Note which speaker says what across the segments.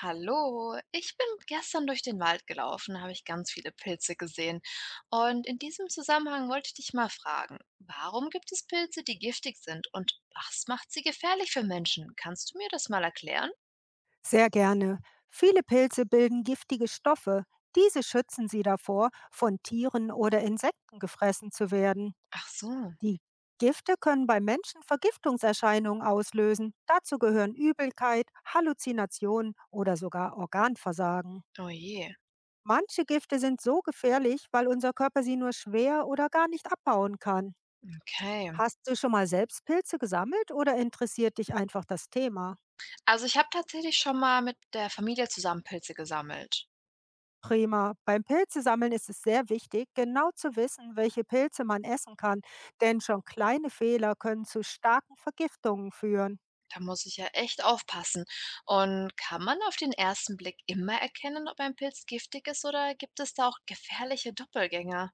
Speaker 1: Hallo, ich bin gestern durch den Wald gelaufen, habe ich ganz viele Pilze gesehen. Und in diesem Zusammenhang wollte ich dich mal fragen, warum gibt es Pilze, die giftig sind und was macht sie gefährlich für Menschen? Kannst du mir das mal erklären?
Speaker 2: Sehr gerne. Viele Pilze bilden giftige Stoffe. Diese schützen sie davor, von Tieren oder Insekten gefressen zu werden.
Speaker 1: Ach so.
Speaker 2: Die Gifte können bei Menschen Vergiftungserscheinungen auslösen. Dazu gehören Übelkeit, Halluzinationen oder sogar Organversagen.
Speaker 1: Oh je,
Speaker 2: Manche Gifte sind so gefährlich, weil unser Körper sie nur schwer oder gar nicht abbauen kann.
Speaker 1: okay.
Speaker 2: Hast du schon mal selbst Pilze gesammelt oder interessiert dich einfach das Thema?
Speaker 1: Also ich habe tatsächlich schon mal mit der Familie zusammen Pilze gesammelt.
Speaker 2: Prima. Beim Pilzesammeln ist es sehr wichtig, genau zu wissen, welche Pilze man essen kann, denn schon kleine Fehler können zu starken Vergiftungen führen.
Speaker 1: Da muss ich ja echt aufpassen. Und kann man auf den ersten Blick immer erkennen, ob ein Pilz giftig ist oder gibt es da auch gefährliche Doppelgänger?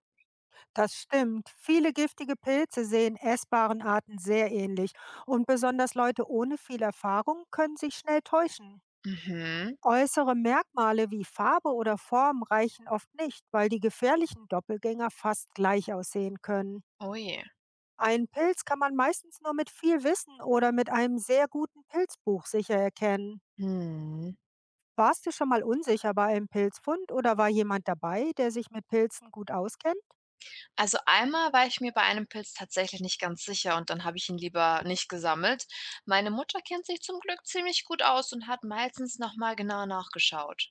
Speaker 2: Das stimmt. Viele giftige Pilze sehen essbaren Arten sehr ähnlich und besonders Leute ohne viel Erfahrung können sich schnell täuschen.
Speaker 1: Mhm.
Speaker 2: Äußere Merkmale wie Farbe oder Form reichen oft nicht, weil die gefährlichen Doppelgänger fast gleich aussehen können.
Speaker 1: Oh je.
Speaker 2: Einen Pilz kann man meistens nur mit viel Wissen oder mit einem sehr guten Pilzbuch sicher erkennen.
Speaker 1: Mhm.
Speaker 2: Warst du schon mal unsicher bei einem Pilzfund oder war jemand dabei, der sich mit Pilzen gut auskennt?
Speaker 1: Also einmal war ich mir bei einem Pilz tatsächlich nicht ganz sicher und dann habe ich ihn lieber nicht gesammelt. Meine Mutter kennt sich zum Glück ziemlich gut aus und hat meistens nochmal genau nachgeschaut.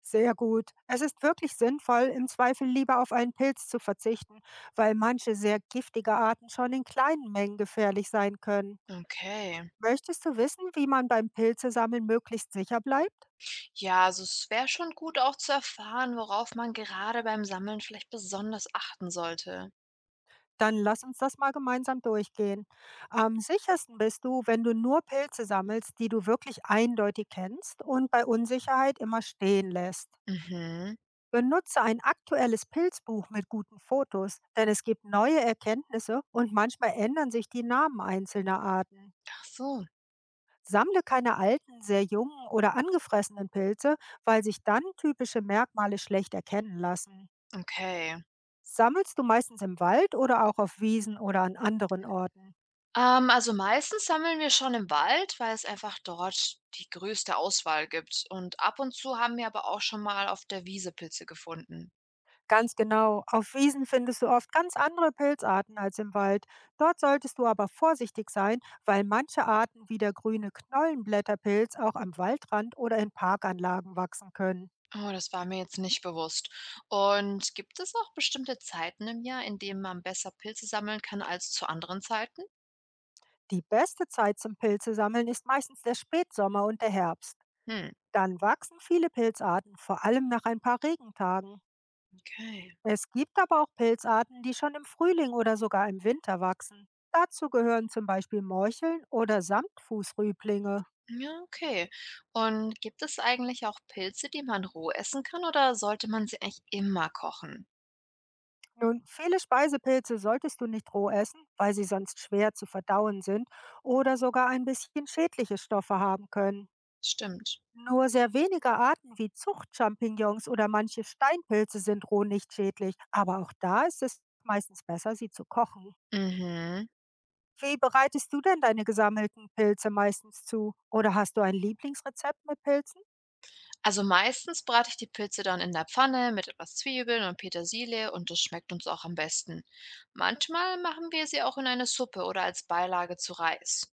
Speaker 2: Sehr gut. Es ist wirklich sinnvoll, im Zweifel lieber auf einen Pilz zu verzichten, weil manche sehr giftige Arten schon in kleinen Mengen gefährlich sein können.
Speaker 1: Okay.
Speaker 2: Möchtest du wissen, wie man beim Pilzesammeln möglichst sicher bleibt?
Speaker 1: Ja, also es wäre schon gut auch zu erfahren, worauf man gerade beim Sammeln vielleicht besonders achten sollte.
Speaker 2: Dann lass uns das mal gemeinsam durchgehen. Am sichersten bist du, wenn du nur Pilze sammelst, die du wirklich eindeutig kennst und bei Unsicherheit immer stehen lässt.
Speaker 1: Mhm.
Speaker 2: Benutze ein aktuelles Pilzbuch mit guten Fotos, denn es gibt neue Erkenntnisse und manchmal ändern sich die Namen einzelner Arten.
Speaker 1: Ach so,
Speaker 2: Sammle keine alten, sehr jungen oder angefressenen Pilze, weil sich dann typische Merkmale schlecht erkennen lassen.
Speaker 1: okay.
Speaker 2: Sammelst du meistens im Wald oder auch auf Wiesen oder an anderen Orten?
Speaker 1: Also meistens sammeln wir schon im Wald, weil es einfach dort die größte Auswahl gibt. Und ab und zu haben wir aber auch schon mal auf der Wiese Pilze gefunden.
Speaker 2: Ganz genau. Auf Wiesen findest du oft ganz andere Pilzarten als im Wald. Dort solltest du aber vorsichtig sein, weil manche Arten wie der grüne Knollenblätterpilz auch am Waldrand oder in Parkanlagen wachsen können.
Speaker 1: Oh, das war mir jetzt nicht bewusst. Und gibt es auch bestimmte Zeiten im Jahr, in denen man besser Pilze sammeln kann als zu anderen Zeiten?
Speaker 2: Die beste Zeit zum Pilzesammeln ist meistens der Spätsommer und der Herbst.
Speaker 1: Hm,
Speaker 2: Dann wachsen viele Pilzarten, vor allem nach ein paar Regentagen.
Speaker 1: okay.
Speaker 2: Es gibt aber auch Pilzarten, die schon im Frühling oder sogar im Winter wachsen. Dazu gehören zum Beispiel Morcheln oder Samtfußrüblinge.
Speaker 1: Ja, okay. Und gibt es eigentlich auch Pilze, die man roh essen kann, oder sollte man sie eigentlich immer kochen?
Speaker 2: Nun, viele Speisepilze solltest du nicht roh essen, weil sie sonst schwer zu verdauen sind oder sogar ein bisschen schädliche Stoffe haben können.
Speaker 1: Stimmt.
Speaker 2: Nur sehr wenige Arten wie Zuchtchampignons oder manche Steinpilze sind roh nicht schädlich, aber auch da ist es meistens besser, sie zu kochen.
Speaker 1: Mhm.
Speaker 2: Wie bereitest du denn deine gesammelten Pilze meistens zu? Oder hast du ein Lieblingsrezept mit Pilzen?
Speaker 1: Also meistens brate ich die Pilze dann in der Pfanne mit etwas Zwiebeln und Petersilie und das schmeckt uns auch am besten. Manchmal machen wir sie auch in eine Suppe oder als Beilage zu Reis.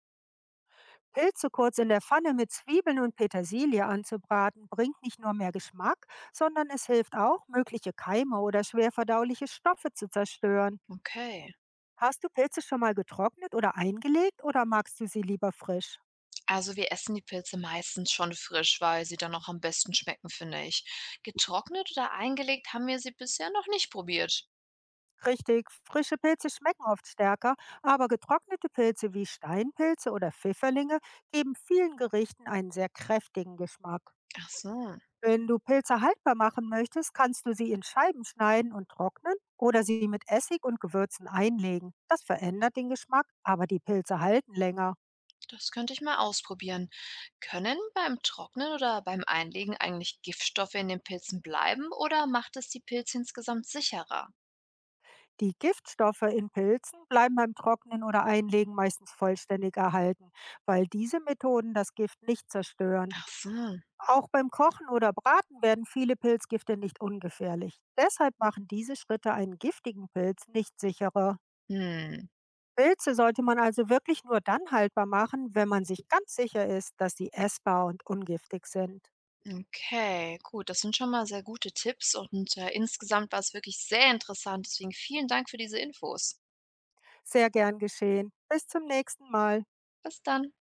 Speaker 2: Pilze kurz in der Pfanne mit Zwiebeln und Petersilie anzubraten, bringt nicht nur mehr Geschmack, sondern es hilft auch, mögliche Keime oder schwerverdauliche Stoffe zu zerstören.
Speaker 1: Okay.
Speaker 2: Hast du Pilze schon mal getrocknet oder eingelegt oder magst du sie lieber frisch?
Speaker 1: Also wir essen die Pilze meistens schon frisch, weil sie dann auch am besten schmecken, finde ich. Getrocknet oder eingelegt haben wir sie bisher noch nicht probiert.
Speaker 2: Richtig, frische Pilze schmecken oft stärker, aber getrocknete Pilze wie Steinpilze oder Pfifferlinge geben vielen Gerichten einen sehr kräftigen Geschmack.
Speaker 1: Ach so,
Speaker 2: Wenn du Pilze haltbar machen möchtest, kannst du sie in Scheiben schneiden und trocknen oder sie mit Essig und Gewürzen einlegen. Das verändert den Geschmack, aber die Pilze halten länger.
Speaker 1: das könnte ich mal ausprobieren. Können beim Trocknen oder beim Einlegen eigentlich Giftstoffe in den Pilzen bleiben oder macht es die Pilze insgesamt sicherer?
Speaker 2: Die Giftstoffe in Pilzen bleiben beim Trocknen oder Einlegen meistens vollständig erhalten, weil diese Methoden das Gift nicht zerstören.
Speaker 1: Ach so.
Speaker 2: Auch beim Kochen oder Braten werden viele Pilzgifte nicht ungefährlich. Deshalb machen diese Schritte einen giftigen Pilz nicht sicherer.
Speaker 1: Hm.
Speaker 2: Pilze sollte man also wirklich nur dann haltbar machen, wenn man sich ganz sicher ist, dass sie essbar und ungiftig sind.
Speaker 1: Okay, gut. Das sind schon mal sehr gute Tipps und insgesamt war es wirklich sehr interessant. Deswegen vielen Dank für diese Infos.
Speaker 2: Sehr gern geschehen. Bis zum nächsten Mal.
Speaker 1: Bis dann.